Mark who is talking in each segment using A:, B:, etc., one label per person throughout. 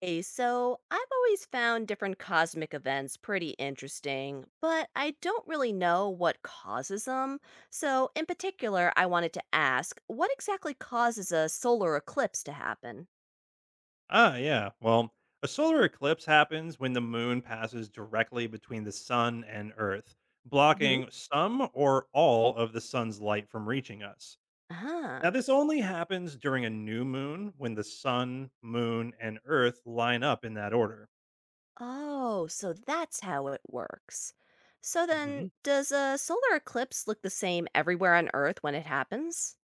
A: Hey, so I've always found different cosmic events pretty interesting, but I don't really know what causes them. So, in particular, I wanted to ask what exactly causes a solar eclipse to happen?
B: Ah, yeah. Well, a solar eclipse happens when the moon passes directly between the sun and Earth,
A: Hmm.
B: blocking some or all of the sun's light from reaching us.
A: Huh.
B: Now, this only happens during a new moon when the sun, moon, and Earth line up in that order.
A: Oh, so that's how it works. So, then,
B: Mhm.
A: does a solar eclipse look the same everywhere on Earth when it happens?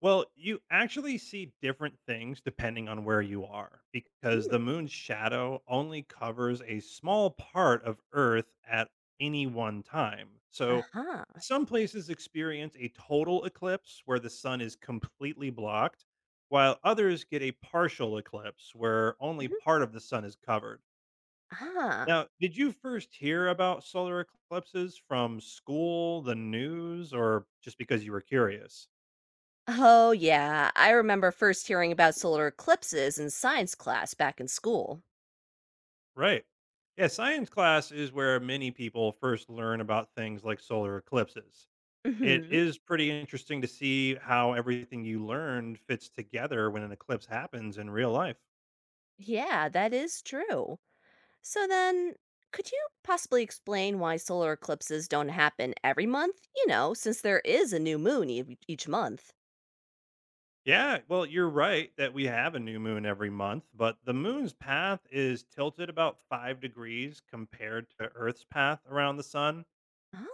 B: Well, you actually see different things depending on where you are because
A: Mm.
B: the moon's shadow only covers a small part of Earth at any one time.
A: Uh
B: So,
A: huh.
B: some places experience a total eclipse where the sun is completely blocked, while others get a partial eclipse where only
A: Mhm.
B: part of the sun is covered.
A: Ah.
B: Now, did you first hear about solar eclipses from school, the news, or just because you were curious?
A: Oh, yeah. I remember first hearing about solar eclipses in science class back in school.
B: Right. Yeah, science class is where many people first learn about things like solar eclipses. It
A: Hmm.
B: is pretty interesting to see how everything you learned fits together when an eclipse happens in real life.
A: Yeah, that is true. So then, could you possibly explain why solar eclipses don't happen every month? You know, since there is a new moon each month.
B: Yeah, well, you're right that we have a new moon every month, but the moon's path is tilted about 5 degrees compared to Earth's path around the sun.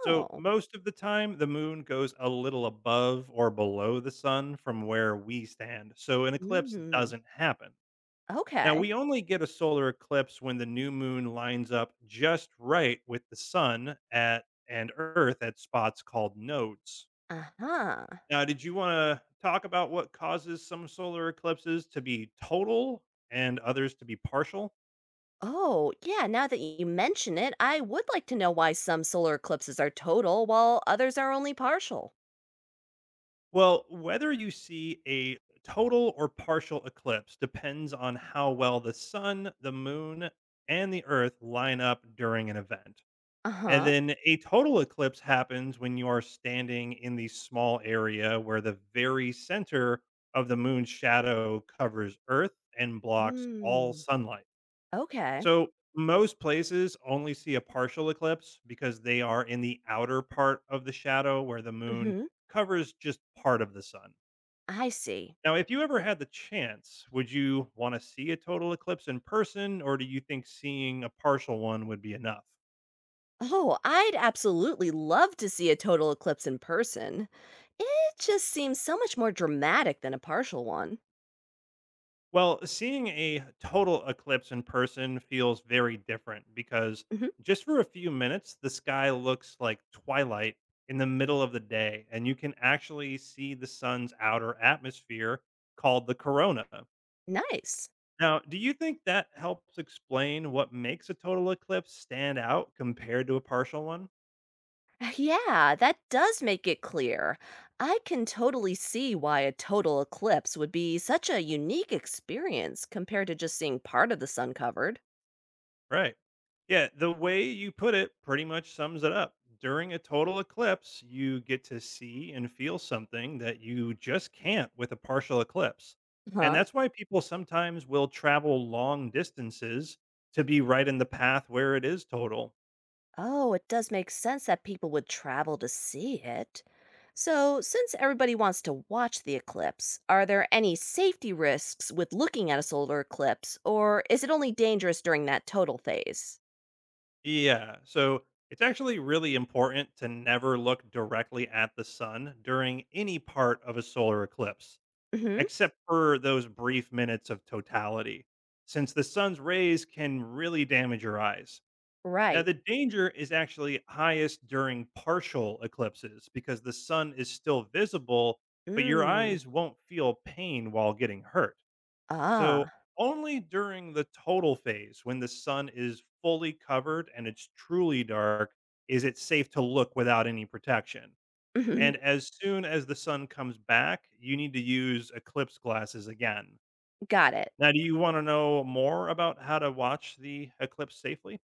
B: So, most of the time, the moon goes a little above or below the sun from where we stand. So, an eclipse
A: Mm.
B: doesn't happen. Now,
A: Okay.
B: we only get a solar eclipse when the new moon lines up just right with the sun at and Earth at spots called nodes.
A: Uh-huh.
B: Now, did you want to talk about what causes some solar eclipses to be total and others to be partial?
A: Oh, yeah, now that you mention it, I would like to know why some solar eclipses are total while others are only partial.
B: Well, whether you see a total or partial eclipse depends on how well the sun, the moon, and the Earth line up during an event. And
A: Uh-huh.
B: then a total eclipse happens when you are standing in the small area where the very center of the moon's shadow covers Earth and blocks all
A: Hmm.
B: sunlight.
A: Okay.
B: So, most places only see a partial eclipse because they are in the outer part of the shadow where the moon
A: Mhm.
B: covers just part of the sun.
A: I see.
B: Now, if you ever had the chance, would you want to see a total eclipse in person, or do you think seeing a partial one would be enough?
A: Oh, I'd absolutely love to see a total eclipse in person. It just seems so much more dramatic than a partial one.
B: Well, seeing a total eclipse in person feels very different because
A: Mhm.
B: just for a few minutes, the sky looks like twilight in the middle of the day, and you can actually see the sun's outer atmosphere called the corona.
A: Nice.
B: Now, do you think that helps explain what makes a total eclipse stand out compared to a partial one?
A: Yeah, that does make it clear. I can totally see why a total eclipse would be such a unique experience compared to just seeing part of the sun covered.
B: Right. Yeah, the way you put it pretty much sums it up. During a total eclipse, you get to see and feel something that you just can't with a partial eclipse. And that's why people sometimes will travel long distances to be right in the path where it is total.
A: Oh, it does make sense that people would travel to see it. So, since everybody wants to watch the eclipse, are there any safety risks with looking at a solar eclipse, or is it only dangerous during that total phase?
B: Yeah. So it's actually really important to never look directly at the sun during any part of a solar eclipse.
A: Hmm.
B: Except for those brief minutes of totality, since the sun's rays can really damage your eyes. Now,
A: Right.
B: the danger is actually highest during partial eclipses because the sun is still visible, but your
A: Mm.
B: eyes won't feel pain while getting hurt. So,
A: Ah.
B: only during the total phase, when the sun is fully covered and it's truly dark, is it safe to look without any protection.
A: Hmm.
B: And as soon as the sun comes back, you need to use eclipse glasses again.
A: Got it.
B: Now, do you want to know more about how to watch the eclipse safely?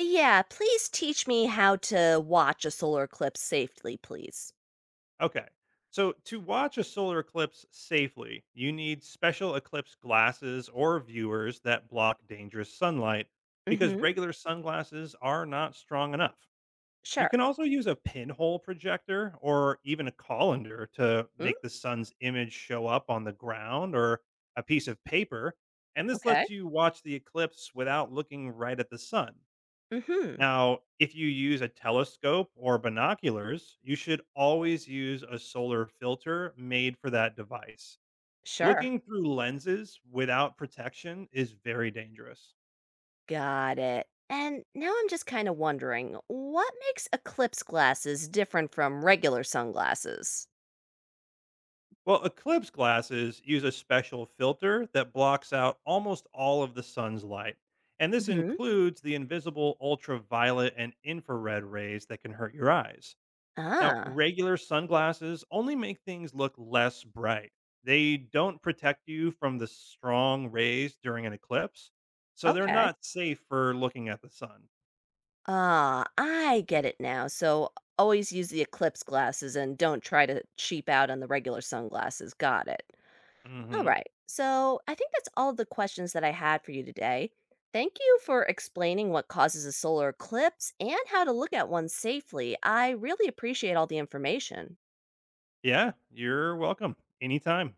A: Yeah, please teach me how to watch a solar eclipse safely, please.
B: Okay. So, to watch a solar eclipse safely, you need special eclipse glasses or viewers that block dangerous sunlight because
A: Hmm.
B: regular sunglasses are not strong enough. You
A: Sure.
B: can also use a pinhole projector or even a colander to
A: Mm?
B: make the sun's image show up on the ground or a piece of paper. And this
A: Okay.
B: lets you watch the eclipse without looking right at the sun.
A: Hmm.
B: Now, if you use a telescope or binoculars, you should always use a solar filter made for that device.
A: Sure.
B: Looking through lenses without protection is very dangerous.
A: Got it. And now I'm just kind of wondering what makes eclipse glasses different from regular sunglasses?
B: Well, eclipse glasses use a special filter that blocks out almost all of the sun's light. And this
A: Hmm.
B: includes the invisible ultraviolet and infrared rays that can hurt your eyes. Now,
A: Ah,
B: regular sunglasses only make things look less bright. They don't protect you from the strong rays during an eclipse, so they're
A: okay.
B: not safe for looking at the sun.
A: Ah, I get it now. So always use the eclipse glasses and don't try to cheap out on the regular sunglasses. Got it. All
B: Hmm.
A: right. So I think that's all the questions that I had for you today. Thank you for explaining what causes a solar eclipse and how to look at one safely. I really appreciate all the information.
B: Yeah, you're welcome. Anytime.